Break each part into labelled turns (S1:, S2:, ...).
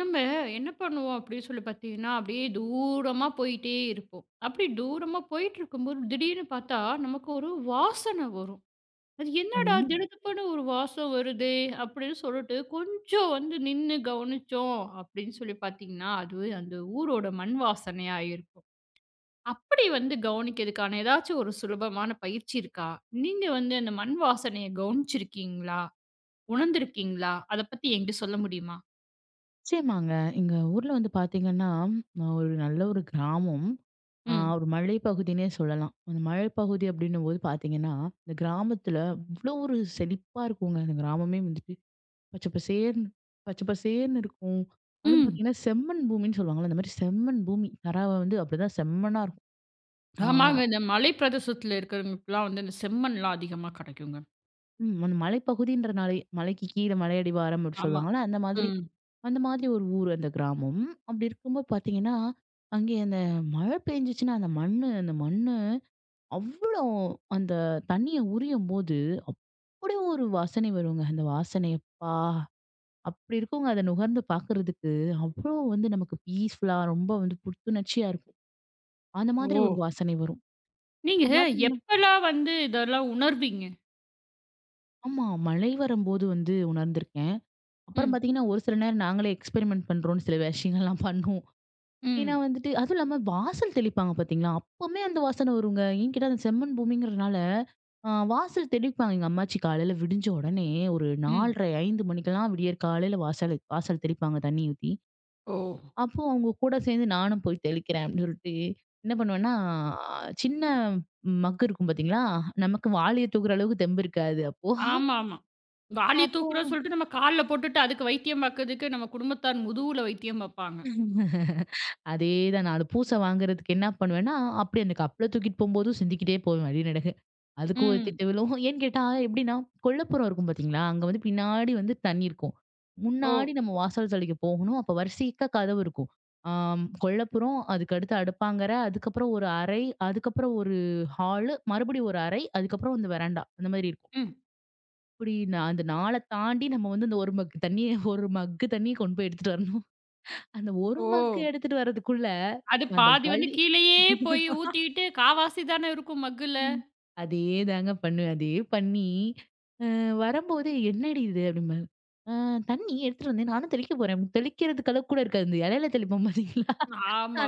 S1: நம்ம என்ன பண்ணுவோம் அப்படின்னு சொல்லி பார்த்தீங்கன்னா, அப்படியே தூரமா போயிட்டே இருப்போம். அப்படி தூரமா போயிட்டு இருக்கும்போது, திடீர்னு பார்த்தா நமக்கு ஒரு வாசனை வரும். அது என்னடா
S2: ம்.
S1: திடுதிப்புன்னு ஒரு வாசம் வருதே அப்படின்னு சொல்லிட்டு, கொஞ்சம் வந்து நின்னு கவனிச்சோம் அப்படின்னு சொல்லி பார்த்தீங்கன்னா, அது அந்த ஊரோட மண் வாசனையா இருக்கும். அப்படி வந்து கவனிக்கிறதுக்கான ஏதாச்சும் ஒரு சுலபமான பயிற்சி இருக்கா? நீங்க வந்து அந்த மண் வாசனைய கவனிச்சிருக்கீங்களா? உணர்ந்திருக்கீங்களா? அத பத்தி என்கிட்ட சொல்ல முடியுமா?
S2: நிச்சயமாங்க. எங்க ஊர்ல வந்து பாத்தீங்கன்னா, நான் ஒரு நல்ல ஒரு கிராமம்.
S1: ம்.
S2: ஒரு மலைப்பகுதின்னே சொல்லலாம். அந்த மலைப்பகுதி அப்படின்னும்போது பாத்தீங்கன்னா, இந்த கிராமத்துல அவ்ளோ ஒரு செழிப்பா இருக்குங்க. அந்த கிராமமே வந்துட்டு பச்சை பசேர்ன்னு பச்சை பசேர்ன்னு இருக்கும். அதுவும்
S1: ம்.
S2: பாத்தீங்கன்னா, செம்மண் பூமின்னு சொல்லுவாங்கல்ல. அந்த மாதிரி செம்மண் பூமி. தராவை வந்து அப்படிதான் செம்மண்ணா இருக்கும். ஆ
S1: ஆமாங்க. இந்த மலை பிரதேசத்துல இருக்கிறவங்களுக்குலாம் வந்து இந்த செம்மண்லாம் அதிகமா கெடைக்குங்க.
S2: ம். அந்த மலைப்பகுதின்றனாலே மலைக்கு கீழ மலையடிவாரம் அப்படி
S1: ஆமா.
S2: சொல்லுவாங்கல்ல.
S1: ம்.
S2: அந்த மாதிரி ஒரு ஊர் அந்த கிராமம். அப்படி இருக்கும்போது பார்த்தீங்கன்னா, அங்கே அந்த மழை பெஞ்சுச்சுன்னா, அந்த மண்ணு அவ்வளோ அந்த தண்ணிய உரியும்போது, அப்படியே ஒரு வாசனை வருங்க. அந்த வாசனை அப்பா! அப்படி இருக்குங்க, அத நுகர்ந்து பார்க்குறதுக்கு, அவ்வளோ வந்து நமக்கு பீஸ்ஃபுல்லா ரொம்ப வந்து புத்துணர்ச்சியா இருக்கும். அந்த மாதிரி
S1: ஓ!
S2: ஒரு வாசனை வரும்.
S1: நீங்க
S2: அப்ப பார்த்தீங்கன்னா
S1: எப்பலாம் வந்து இதெல்லாம் உணர்வீங்க?
S2: ஆமா. மழை வரும்போது வந்து உணர்ந்திருக்கேன். அப்புறம்
S1: ம்,
S2: பார்த்தீங்கன்னா, ஒரு சில நேரம் நாங்களே எக்ஸ்பெரிமெண்ட் பண்றோம்ன்னு சில விஷயங்கள்லாம் பண்ணுவோம். ஏன்னா
S1: ம்,
S2: வந்துட்டு அதுவும் இல்லாம வாசல் தெளிப்பாங்க பாத்தீங்களா? அப்பமே அந்த வாசனை வருங்க. ஏன் கேட்டா அந்த செம்மண் பூமிங்கிறதுனால, வாசல் தெளிப்பாங்க. எங்க அம்மாச்சி காலையில விடிஞ்ச உடனே ஒரு
S1: ம்.
S2: 4:30, 5 மணிக்கெல்லாம் விடியற் காலையில வாசல் வாசல் தெளிப்பாங்க தண்ணி ஊத்தி.
S1: ஓ!
S2: அப்போ அவங்க கூட சேர்ந்து நானும் போய் தெளிக்கிறேன் அப்படின்னு சொல்லிட்டு, என்ன பண்ணுவேன்னா, ஆ, சின்ன மக் இருக்கும் பாத்தீங்களா? நமக்கு வாளிய தூக்குற அளவுக்கு தெம்பு இருக்காது அப்போ.
S1: ஆமாமா. வாளி
S2: அப்போ
S1: தூக்குறோம்ன்னு சொல்லிட்டு நம்ம கால்ல போட்டுட்டு அதுக்கு வைத்தியம் பாக்குறதுக்கு நம்ம குடும்பத்தார் முதுகுல வைத்தியம் பாப்பாங்க.
S2: அதேதான். 4 பூச வாங்குறதுக்கு என்ன பண்ணுவேன்னா, அப்டியே அந்த கப்புல தூக்கிட்டு போம்போதும் சிந்திக்கிட்டே போவேன் வழிநெடுக. அதுக்கு ஒரு
S1: ம்.
S2: திட்டு விழும். ஏன்னு கேட்டா எப்டின்னா, கொல்லைப்புறம் இருக்கும் பார்த்தீங்களா? அங்க வந்து பின்னாடி வந்து தண்ணி இருக்கும்.
S1: ஓ!
S2: முன்னாடி நம்ம வாசல் தலைக்கு போகணும். அப்ப வரிசைக்கா கதவு இருக்கும். ஆம் கொல்லைப்புறம், அதுக்கடுத்து அடுப்பாங்கற, அதுக்கப்புறம் ஒரு அறை, அதுக்கப்புறம் ஒரு ஹாலு, மறுபடியும் ஒரு அறை, அதுக்கப்புறம் வந்து வெராண்டா. அந்த மாரி இருக்கும்.
S1: ம்.
S2: இப்டி அந்த 4 தாண்டி நம்ம வந்து அந்த ஒரு மக் தண்ணிய ஒரு மக்கு தண்ணிய கொண்டு போய் எடுத்துட்டு வரணும். அந்த ஒரு
S1: ஓ!
S2: மக்கு எடுத்துட்டு வரதுக்குள்ள,
S1: அது
S2: அந்த
S1: பாதி வந்து
S2: வலி
S1: கீழயே போய் ஊத்திட்டு காவாசி தானே இருக்கும் மக்குல.
S2: ம். அதேதாங்க பண்ணுவேன். அதே பண்ணி, வரும்போதே "என்னடி இது?" அப்படிம்பாரு. "அ தண்ணி எடுத்துட்டு வந்தேன். நானும் தெளிக்க போறேன்." அப்படி தெளிக்கிறதுக்கு அளவுக்கு கூட இருக்காது. இந்த இலையில தெளிப்போம் பார்த்தீங்களா?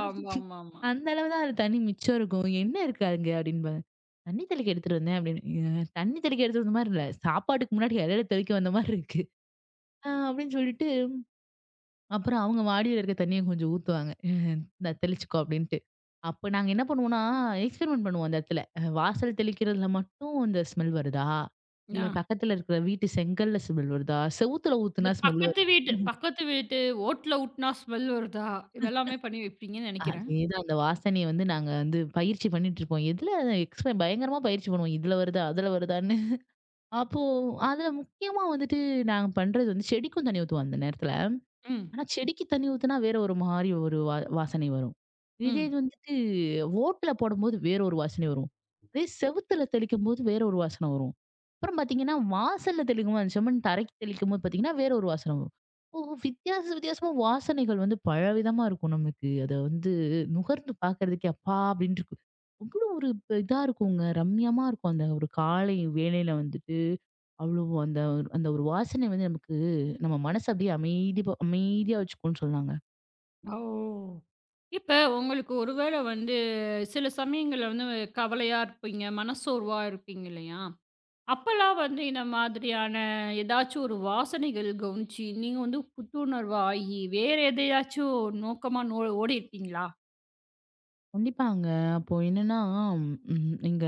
S2: அந்த அந்த அளவு தான் அது தண்ணி மிச்சம் இருக்கும். "என்ன இருக்கு அங்க?" அப்படின்பாங்க. "தண்ணி தெளிக்க எடுத்துட்டு வந்தேன்." அப்படின்னு. " தண்ணி தெளிக்க எடுத்துட்டு வந்த மாரி இல்ல. சாப்பாட்டுக்கு முன்னாடி இலையில தெளிக்க வந்த மாரி இருக்கு." அப்படின்னு சொல்லிட்டு அப்புறம் அவங்க வாடியில இருக்க தண்ணிய கொஞ்சம் ஊத்துவாங்க. "இந்தா தெளிச்சுக்கோ" அப்படின்ட்டு. அப்ப நாங்க என்ன பண்ணுவோம்னா, எக்ஸ்பெரிமெண்ட் பண்ணுவோம் அந்த இடத்துல. வாசல் தெளிக்கிறதுல மட்டும் இந்த ஸ்மெல் வருதா? இல்ல
S1: ஆ.
S2: பக்கத்துல இருக்கிற வீட்டு செங்கல்ல ஸ்மெல் வருதா? செவுத்துல
S1: இந்த
S2: ஊத்துனா ஸ்மெல்
S1: பக்கத்து
S2: வருதா?
S1: வீட்டு பக்கத்து வீட்டு ஓட்ல ஊட்டுனா ஸ்மெல் வருதா? இதெல்லாமே பண்ணி வைப்பீங்கன்னு நெனைக்கிறேன்.
S2: அதேதான் அந்த வாசனைய வந்து நாங்க வந்து பயிற்சி பண்ணிட்டு இருப்போம். எதுல பயங்கரமா பயிற்சி பண்ணுவோம். இதுல வருதா? அதுல வருதான்னு. அப்போ அதுல முக்கியமா வந்துட்டு நாங்க பண்றது வந்து செடிக்கும் தண்ணி ஊத்துவோம் அந்த நேரத்துல.
S1: ம்,
S2: ஆனா செடிக்கு தண்ணி ஊத்துனா வேற ஒரு மாரி ஒரு வாசனை வரும். இதே
S1: ம்.
S2: இது வந்துட்டு ஓட்டுல போடும்போது வேற ஒரு வாசனை வரும். அதே செவுத்துல தெளிக்கும்போது வேற ஒரு வாசனை வரும். அப்புறம் பார்த்தீங்கன்னா, வாசல்ல தெளிக்கும்போது அந்த செம்மண் தரைக்கு தெளிக்கும்போது பார்த்தீங்கன்னா, வேற ஒரு வாசனை வரும். ஓ! வித்தியாச வித்தியாசமா வாசனைகள் வந்து பலவிதமா இருக்கும் நமக்கு. அத வந்து நுகர்ந்து பார்க்கறதுக்கே அப்பா! அப்படின்னு இருக்கும். அவ்வளோ ஒரு இப்ப இதா இருக்குங்க. ரம்மியமா இருக்கும். அந்த ஒரு காலை வேளையில வந்துட்டு, அவ்வளோ அந்த ஒரு வாசனை வந்து நமக்கு நம்ம மனசு அப்படியே அமைதியா வச்சுக்கோன்னு சொன்னாங்க.
S1: ஓ! இப்ப உங்களுக்கு ஒரு வேள வந்து சில சமயங்கள்ல வந்து கவலையா இருப்பீங்க, மனச்சோர்வா இருப்பீங்க இல்லையா? அப்பல்லாம் வந்து இந்த மாதிரியான ஏதாச்சும் ஒரு வாசனைகள் கவனிச்சு, நீங்க வந்து புத்துணர்வு ஆகி, வேற எதையாச்சும் நோக்கமா ஓடியிருக்கீங்களா?
S2: கண்டிப்பாங்க. அப்போ என்னன்னா, ம் எங்க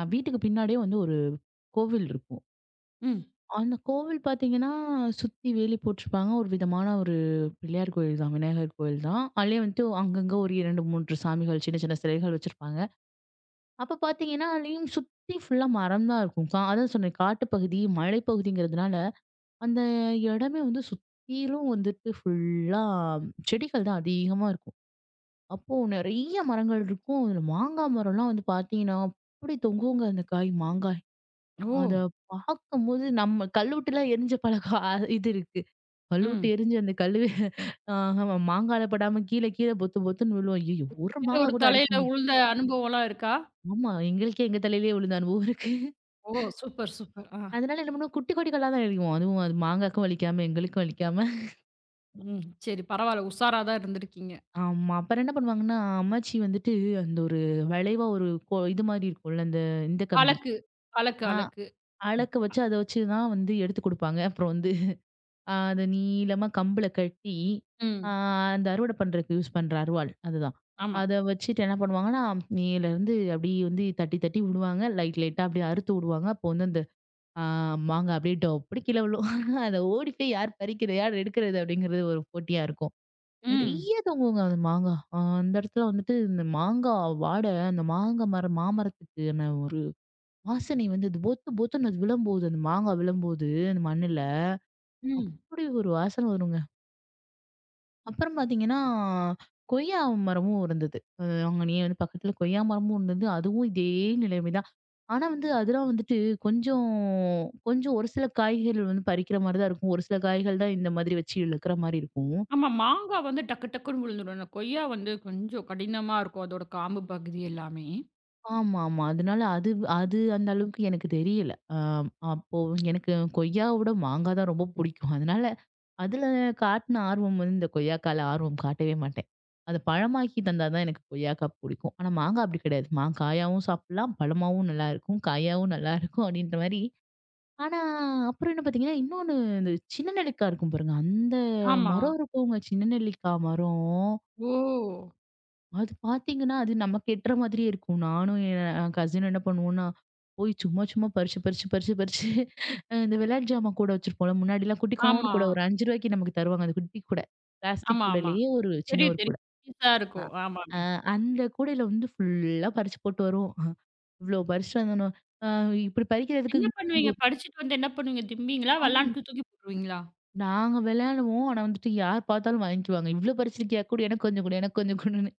S2: அ வீட்டுக்கு பின்னாடியே வந்து ஒரு கோவில் இருக்கும்.
S1: ம்.
S2: அந்த கோவில் பார்த்தீங்கன்னா, சுத்தி வேலி போட்டிருப்பாங்க. ஒரு விதமான ஒரு பிள்ளையார் கோயில் தான், விநாயகர் கோயில் தான். அதுலயே வந்துட்டு அங்கங்க ஒரு 2, 3 சாமிகள் சின்ன சின்ன சிலைகள் வச்சிருப்பாங்க. அப்ப பார்த்தீங்கன்னா, அதுலயும் சுத்தி ஃபுல்லா மரம் தான் இருக்கும். அதான் சொன்னேன் காட்டுப்பகுதி, மலைப்பகுதிங்கிறதுனால அந்த இடமே வந்து சுத்திலும் வந்துட்டு ஃபுல்லா செடிகள் தான் அதிகமா இருக்கும். அப்போ நெறைய மரங்கள் இருக்கும். அதுல மாங்கா மரம்லாம் வந்து பார்த்தீங்கன்னா, அப்படி தொங்குங்க அந்த காய் மாங்காய்.
S1: ஓ!
S2: அத பார்க்கும்போது நம்ம கல்லுட்டுலாம் எரிஞ்ச பழக்கம் இது இருக்கு. கல்லுட்டு
S1: ம்.
S2: எரிஞ்சு அந்த கல்லு ஆ மாங்கால படாம கீழ கீழ பொத்து பொத்துன்னு விழும். ஐயய்யோ! ஒரு
S1: வேற
S2: மாங்கா
S1: ஒரு
S2: கூட அடிக்க
S1: தலையில
S2: மு
S1: உழுந்த அனுபவம்லாம் இருக்கா?
S2: ஆமா. எங்களுக்கே எங்க தலையிலயே விழுந்த அனுபவம் இருக்கு.
S1: ஓ! Super, super. ஆ.
S2: அதனால என்ன பண்ணுவோம், குட்டி குட்டி கல்லா தான் எறிவோம். அதுவும் அது மாங்காக்கும் வலிக்காம, எங்களுக்கும் வலிக்காம.
S1: ம். சரி பரவால்ல. உஷாரா தான் இருந்திருக்கீங்க.
S2: ஆமா. அப்புறம் என்ன பண்ணுவாங்கன்னா, அம்மாச்சி வந்துட்டு அந்த ஒரு வளைவா ஒரு கொ இது மாரி இருக்கும்ல, இந்த கம்பி.
S1: அலக்கு, அலக்கு,
S2: ஆ
S1: அலக்கு.
S2: அளக்க வச்சு, அத வச்சு தான் வந்து எடுத்து குடுப்பாங்க. அப்புறம் வந்து அத நீளமா கம்புல கட்டி, அ
S1: ம்.
S2: அந்த அறுவடை பண்றதுக்கு யூஸ் பண்ற அருவாள் அதுதான்.
S1: ஆமா.
S2: அத வச்சுட்டு என்ன பண்ணுவாங்கன்னா, மேலருந்து அப்படியே வந்து தட்டி தட்டி விடுவாங்க. லைட் லைட்டா அப்படியே அறுத்து விடுவாங்க. அப்போ வந்து அந்த அ மாங்காய் அப்படியே டொப்புன்னு கீழ விழும். அத ஓடி போய் யார் பறிக்கிறது? யார் எடுக்கிறது? அப்படிங்கிறது ஒரு போட்டியா இருக்கும்.
S1: ம்.
S2: நெறைய தொங்குங்க அந்த மாங்கா. அந்த இடத்துல வந்துட்டு இந்த மாங்கா வாடை அந்த மாங்கா மரம் மாமரத்துக்கான ஒரு வாசனை வந்து அது பொத்து பொத்துன்னு அது விழும்போது, அந்த மாங்காய் விழும்போது அந்த மண்ணுல,
S1: ம்.
S2: அப்படி ஒரு வாசனை வருங்க. அப்புறம் பார்த்தீங்கன்னா, கொய்யா மரமும் இருந்தது. அங்கனயே வந்து பக்கத்துல கொய்யா மரமும் இருந்தது. அதுவும் இதே நிலைமை தான். ஆனா வந்து அதெல்லாம் வந்துட்டு கொஞ்சம் கொஞ்சம் ஒரு சில காய்கறிகள் வந்து பறிக்கிற மாரி தான் இருக்கும். ஒரு சில காய்கள் தான் இந்த மாதிரி வச்சு இழுக்கிற மாரி இருக்கும்.
S1: ஆமா. மாங்கா வந்து டக்கு டக்குன்னு விழுந்துடும். இந்த கொய்யா வந்து கொஞ்சம் கடினமா இருக்கும். அதோட காம்பு பகுதி எல்லாமே.
S2: ஆமா, ஆமா. அதனால அது அது அந்த அளவுக்கு எனக்கு தெரியல. அப்போ எனக்கு கொய்யாவோட மாங்காய் தான் ரொம்ப பிடிக்கும். அதனால அதுல காட்டுன ஆர்வம் வந்து இந்த கொய்யாக்கால ஆர்வம் காட்டவே மாட்டேன். அத பழமாக்கி தந்தா தான் எனக்கு கொய்யாக்கா புடிக்கும். ஆனா மாங்கா அப்படி கிடையாது. காயாவும் சாப்பிடலாம், பழமாவும் நல்லா இருக்கும், காயாவும் நல்லா இருக்கும் அப்படின்ற மாரி. ஆனா அப்புறம் என்ன பார்த்தீங்கன்னா, இன்னொன்னு இந்த சின்ன நெல்லிக்காய் இருக்கும் பாருங்க. அந்த
S1: ஆமா.
S2: மரம் இருக்கவங்க சின்ன நெல்லிக்காய் மரம்.
S1: ஓ!
S2: அது பாத்தீங்கன்னா, அது நமக்கு எட்டுற மாதிரியே இருக்கும். நானும் என் கசினும் என்ன பண்ணுவோம்னா, போய் சும்மா சும்மா பறிச்சு, பறிச்சு, பறிச்சு, பறிச்சு. இந்த விளையாட்டு ஜாமான் கூட வச்சிருப்போம்ல. முன்னாடிலாம் குட்டி கூண்டு
S1: ஆமா.
S2: கூட ஒரு ₹5க்கு நமக்கு தருவாங்க. அந்த குட்டி கூட. பிளாஸ்டிக்
S1: ஆமா, ஆமா.
S2: கூடையிலேயே ஒரு சின்ன
S1: தெரியும்,
S2: ஒரு கூட.
S1: தெரியும். பெருசா
S2: அ.
S1: இருக்கும். ஆமாங்க.
S2: அ அந்த கூடையில வந்து ஃபுல்லா பறிச்சு போட்டு வருவோம். இவ்ளோ பறிச்சுட்டு வந்தோனோ, அ இப்படி பறிக்கிறதுக்கு
S1: என்ன பண்ணுவீங்க?
S2: ஒரு
S1: படிச்சுட்டு வந்து என்ன பண்ணுவீங்க? திம்பீங்களா?
S2: நாள்
S1: வெளாண்ட்டு தூக்கி போட்டுருவீங்களா?
S2: நாங்க விளையாடுவோம். ஆனா வந்துட்டு யார் பார்த்தாலும் வாங்கிக்குவாங்க. "இவ்ளோ பறிச்சிருக்கியா? குடு எனக்கு கொஞ்சம் குடு, எனக்கு கொஞ்சம் குடுன்னு."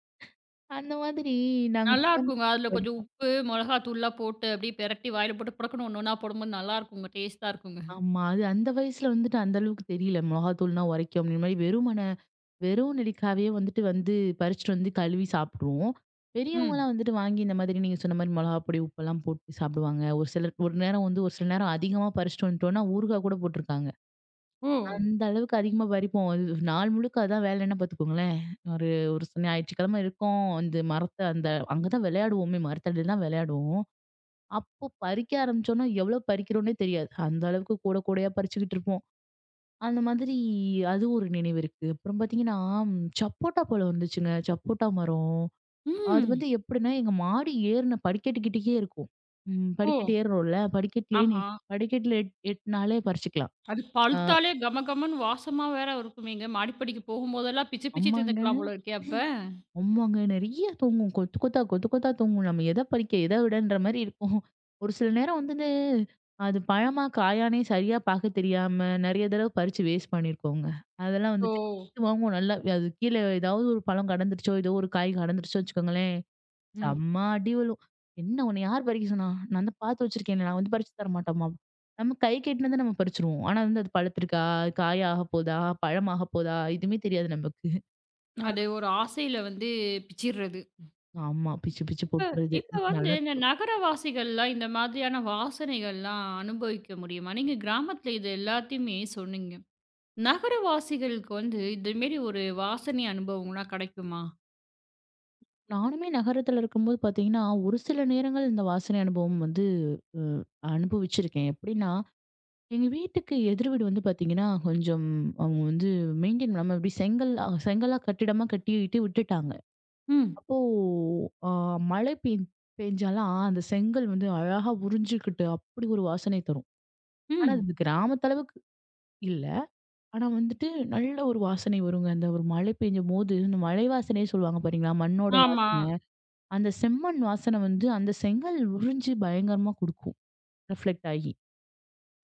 S2: அந்த மாதிரி நாங்க
S1: நல்லா
S2: உட்காந்து
S1: இருக்குங்க. அதில கொஞ்சம்
S2: பறிப்போம்.
S1: உப்பு, மொளகாத்தூள்லாம் போட்டு அப்படியே பெரட்டி வாயில போட்டு புடக்குன்னு ஒண்ணு ஒண்ணா போடும்போது நல்லாருக்குங்க. டேஸ்ட்டா இருக்குங்க.
S2: ஆமா. அது அந்த வயசுல வந்துட்டு அந்த அளவுக்கு தெரியல. மிளகாத்தூள்னா உரைக்கும் அப்படிங்கிற மாரி வெறும் நெல்லிக்காவே வந்துட்டு வந்து பறிச்சுட்டு வந்து கழுவி சாப்பிடுவோம்.
S1: ம்.
S2: பெரியவங்கலாம் வந்துட்டு வாங்கி இந்த மாதிரி நீங்க சொன்ன மாரி மிளகா பொடி, உப்பெல்லாம் போட்டு சாப்பிடுவாங்க. ஒரு சிலர் ஒரு நேரம் வந்து ஒரு சில நேரம் அதிகமா பறிச்சுட்டு வந்துட்டோம்னா, ஊறுகா கூட போட்டிருக்காங்க.
S1: ஓ!
S2: அந்த அளவுக்கு அதிகமா பறிப்போம். அது நாள் முழுக்க அதான் வேலைன்னா பார்த்துக்கோங்களேன். ஒரு ஒரு ஞாயிற்றுக்கிழமை இருக்கும். அந்த மரத்த அந்த அங்க தான் விளையாடுவோமே. மரத்தடியில தான் விளையாடுவோம். அப்போ பறிக்க ஆரம்பிச்சோம்னா, எவ்வளோ பறிக்கிறோம்னே தெரியாது. அந்த அளவுக்கு கூட கூடையா பறிச்சுக்கிட்டு இருப்போம். அந்த மாதிரி அது ஒரு நினைவு இருக்கு. அப்புறம் பார்த்தீங்கன்னா, சப்போட்டா பழம் இருந்துச்சுங்க. சப்போட்டா மரம். அது
S1: ம்.
S2: வந்து எப்படின்னா, எங்க மாடி ஏறுன படிக்கட்டுக்கிட்டயே இருக்கும்.
S1: ஓ!
S2: படிக்கட்டு ஏறுறோம்ல, படிக்கட்டுலேயே
S1: ஆமா.
S2: படிக்கட்டுல எட்னாலே பறிச்சுக்கலாம்.
S1: அது
S2: அ
S1: பழுத்தாலே கம கமன்னு வாசமா வேற இருக்குமேங்க. மாடிப்படிக்கு போகும்போதெல்லாம் பிச்சு பிச்சு
S2: ஆமாங்க.
S1: தின்னுக்கலாம் போல இருக்கே அப்ப.
S2: ஆமாங்க. நெறைய தூங்கும். கொத்து கொத்தா, கொத்து கொத்தா தூங்கும். நம்ம எத பறிக்க, எத விடன்ற மாரி இருக்கும். ஒரு சில நேரம் வந்துட்டு, அது பழமா, காயான்னே சரியா பாக்க தெரியாம, நெறைய தடவ பறிச்சு வேஸ்ட் பண்ணியிருக்கோங்க. அதெல்லாம்
S1: ஓ!
S2: வந்துட்டு திட்டு வாங்குவோம் நல்லா. அது கீழ ஏதாவது ஒரு பழம் கடந்துருச்சோ, ஏதோ ஒரு காய் கடந்துருச்சோ வச்சுக்கோங்களேன்,
S1: ம்.
S2: செம்ம அடி விழும். "என்ன உன்ன யார் பறிக்க சொன்னா? நான் தான் பாத்து வச்சிருக்கேனே! நான் வந்து பறிச்சு தர மாட்டோமா?" நம்ம கை கெட்டினத நம்ம பறிச்சுருவோம். ஆனா வந்து அது பழுத்திருக்கா? காய் ஆகப்போதா? பழம் ஆகப்போதா? எதுவுமே தெரியாது நமக்கு.
S1: அது ஒரு ஆசையில வந்து பிச்சிர்றது.
S2: ஆமா. பிச்சு பிச்சு
S1: இப்ப
S2: போட்டுறது.
S1: இப்ப
S2: இது
S1: வந்து
S2: நல்லா
S1: இந்த
S2: தெரியும்.
S1: நகரவாசிகள்லாம் இந்த மாதிரியான வாசனைகள்லாம் அனுபவிக்க முடியுமா? நீங்க கிராமத்துல இது எல்லாத்தையுமே சொன்னீங்க. நகரவாசிகளுக்கு வந்து இந்த மாரி ஒரு வாசனை அனுபவம்லாம் கிடைக்குமா?
S2: நானுமே நகரத்துல இருக்கும்போது பார்த்தீங்கன்னா, ஒரு சில நேரங்கள் இந்த வாசனை அனுபவம் வந்து அ அனுபவிச்சிருக்கேன். எப்படின்னா, எங்க வீட்டுக்கு எதிர் வீடு வந்து பார்த்தீங்கன்னா, கொஞ்சம் அவங்க வந்து மெயின்டெயின் பண்ணாம இப்படி செங்கல் செங்கலா கட்டிடமா கட்டிட்டு விட்டுட்டாங்க.
S1: ம்,
S2: அப்போ அ மழை பெஞ் பெஞ்சாலாம் அந்த செங்கல் வந்து அழகா உறிஞ்சுக்கிட்டு அப்படி ஒரு வாசனை தரும். ஆனா,
S1: ம்.
S2: அது கிராமத்து அளவுக்கு இல்ல. ஆனா வந்துட்டு நல்ல ஒரு வாசனை வருங்க. அந்த ஒரு மழை பெய்யும்போது, இந்த மழை வாசனையே சொல்லுவாங்க பாத்தீங்களா? மண்ணோட
S1: ஆமா.
S2: வாசனை. அந்த செம்மண் வாசனை வந்து அந்த செங்கல் உறிஞ்சு பயங்கரமா குடுக்கும். ரிஃப்ளெக்ட் ஆகி.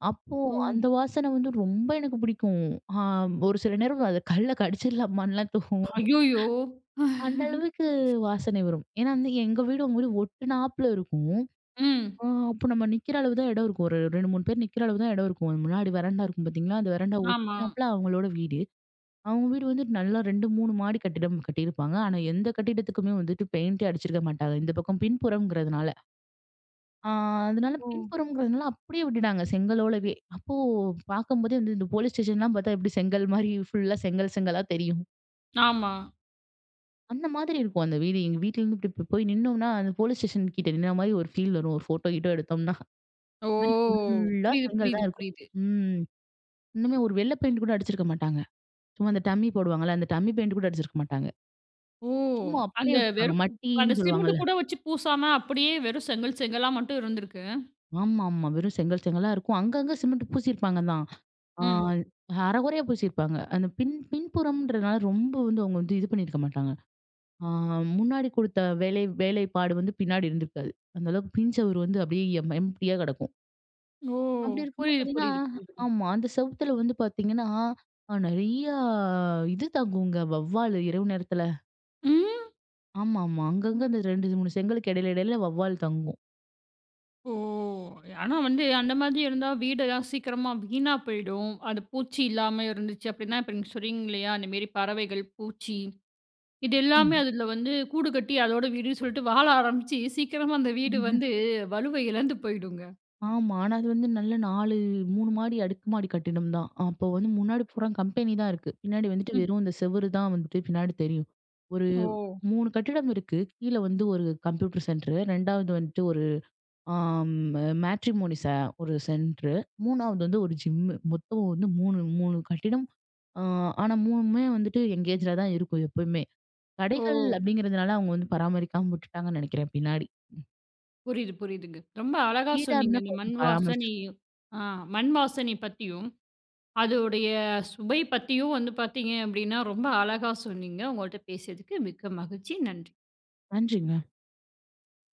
S2: அப்போ
S1: ஓ!
S2: அந்த வாசனை வந்து ரொம்ப எனக்கு பிடிக்கும். ஆ ஒரு சில நேரம் அத கல்ல கடிச்சிடலாமான்லாம் தோணும்.
S1: ஐய்யயோ! ம்.
S2: அந்த அளவுக்கு வாசனை வரும். ஏன்னா வந்து எங்க வீடு உங்க வீடு ஒட்டுனாப்புல இருக்கும்.
S1: ம்.
S2: ஆ அப்போ நம்ம நிக்கிற அளவு தான் இடம் இருக்கும். ஒரு 2, 3 பேர் நிக்கிற அளவு தான் இடம் இருக்கும். முன்னாடி வெராண்டா இருக்கும் பாத்தீங்களா? அந்த வெராண்டா
S1: ஆமா.
S2: ஒட்டுனாப்புல அவங்களோட வீடு. அவங்க வீடு வந்து நல்லா 2, 3 மாடி கட்டிடம் கட்டியிருப்பாங்க. ஆனா, எந்த கட்டிடத்துக்குமே வந்துட்டு பெயிண்டே அடிச்சிருக்க மாட்டாங்க. இந்த பக்கம் பின்புறம்ங்கிறதுனால. ஆ அதனால
S1: ஓ!
S2: பின்புறம்ங்கிறதுனால அப்படியே விட்டுட்டாங்க செங்கலோடவே. அப்போ பார்க்கும்போதே வந்து இந்த போலீஸ் ஸ்டேஷன்லாம் பார்த்தா எப்படி செங்கல் மாரி ஃபுல்லா செங்கல் செங்கலா தெரியும்.
S1: ஆமா.
S2: அந்த மாதிரி இருக்கும் அந்த வீடு. எங்க வீட்லருந்து இப்படி இப்படி போய் நின்னோம்னா, அந்த போலீஸ் ஸ்டேஷன் கிட்ட நின்ன மாரி ஒரு ஃபீல் வரும். ஒரு ஃபோட்டோ கீட்டோ எடுத்தோம்னா.
S1: ஓ!
S2: அது மாரி ஃபுல்லா
S1: புரியுது,
S2: செங்கல்
S1: புரியுது,
S2: தான் இருக்கும்.
S1: புரியுது.
S2: ம். இன்னுமே ஒரு வெள்ள பெயிண்ட் கூட அடிச்சிருக்க மாட்டாங்க. சும்மா அந்த டம்மி போடுவாங்கல்ல, அந்த டம்மி பெயிண்ட் கூட அடிச்சிருக்க மாட்டாங்க.
S1: ஓ!
S2: ஆமா. அப்படியே
S1: அந்த
S2: விட்டுருப்பாங்க.
S1: வெறும் அந்த
S2: மட்டின்னு
S1: சிமெண்ட்
S2: சொல்லுவாங்கல்ல.
S1: கூட வச்சு பூசாம அப்படியே வெறும் செங்கல் செங்கலா மட்டும் இருந்திருக்கு.
S2: ஆமா, ஆமா. வெறும் செங்கல் செங்கலா இருக்கும். அங்கங்க சிமெண்ட் பூசியிருப்பாங்க தான். ஆ
S1: ம்.
S2: அரைகுறையா பூசியிருப்பாங்க. அந்த பின் பின்புறம்ன்றனால ரொம்ப வந்து அவங்க வந்து இது பண்ணியிருக்க மாட்டாங்க. ஆ முன்னாடி கொடுத்த வேலை வேலைப்பாடு வந்து பின்னாடி இருந்திருக்காது. அந்த அளவுக்கு பின் சவுறு வந்து அப்படியே எம்ப்டியா கிடக்கும்.
S1: ஓ!
S2: அப்படி இருக்கும்போது
S1: புரியுது,
S2: பார்த்தீங்கன்னா
S1: புரியுது, புரியுதுங்க.
S2: ஆமா. அந்த செவுத்துல வந்து பார்த்தீங்கன்னா, நெறையா இது தங்குங்க வௌவால் இரவு நேரத்துல.
S1: ம்.
S2: ஆமாமா. அங்கங்க அந்த 2, 3 செங்கலுக்கு இடையில இடையில வௌவால் தங்கும்.
S1: ஓ! ஆனா வந்து அந்த மாதிரி இருந்தா வீடெல்லாம் சீக்கிரமா வீணா போயிடும். அது பூச்சி இல்லாம இருந்துச்சு அப்படின்னா, இப்ப நீங்க சொல்றீங்க இல்லையா? அந்த மாரி பறவைகள், பூச்சி இது எல்லாமே
S2: ஆமா.
S1: அதுல வந்து கூடு கட்டி அதோட வீடுன்னு சொல்லிட்டு வாழ ஆரம்பிச்சு, சீக்கிரமா அந்த வீடு வந்து வலுவை இழந்து போயிடுங்க.
S2: ஆமா. ஆனா அது வந்து நல்ல 4 3 மாடி அடுக்குமாடி கட்டிடம் தான். அப்போ வந்து முன்னாடி பூரா கம்பெனி தான் இருக்கு. பின்னாடி வந்துட்டு
S1: ம்.
S2: வெறும் இந்த செவுரு தான் வந்துட்டு பின்னாடி தெரியும். ஒரு
S1: ஓ!
S2: 3 கட்டிடம் இருக்கு. கீழ வந்து ஒரு கம்ப்யூட்டர் சென்டர், 2வது வந்துட்டு ஒரு ஆம் மேட்ரிமோனி ச ஒரு சென்டர், 3வது வந்து ஒரு ஜிம். மொத்தம் வந்து 3 கட்டிடம். ஆ ஆனா 3மே வந்துட்டு எங்கேஜ்ல தான் இருக்கும் எப்பயுமே.
S1: ஓ!
S2: கடைகள் அப்படிங்கிறதுனால அவங்க வந்து பராமரிக்காம விட்டுட்டாங்கன்னு நெனைக்கிறேன் பின்னாடி.
S1: புரியுது, புரியுதுங்க. ரொம்ப அழகா
S2: வீடா
S1: சொன்னீங்க.
S2: இருந்தா
S1: இந்த மண்
S2: கொஞ்சம்
S1: வாசனை,
S2: பராமரிச்சிருக்கும்.
S1: ஆ மண் வாசனை பத்தியும், அதோடைய சுவை பத்தியும் வந்து பார்த்தீங்க அப்படின்னா, ரொம்ப அழகா சொன்னீங்க. உங்கள்ட்ட பேசியதுக்கு மிக்க மகிழ்ச்சி. நன்றி.
S2: நன்றிங்க.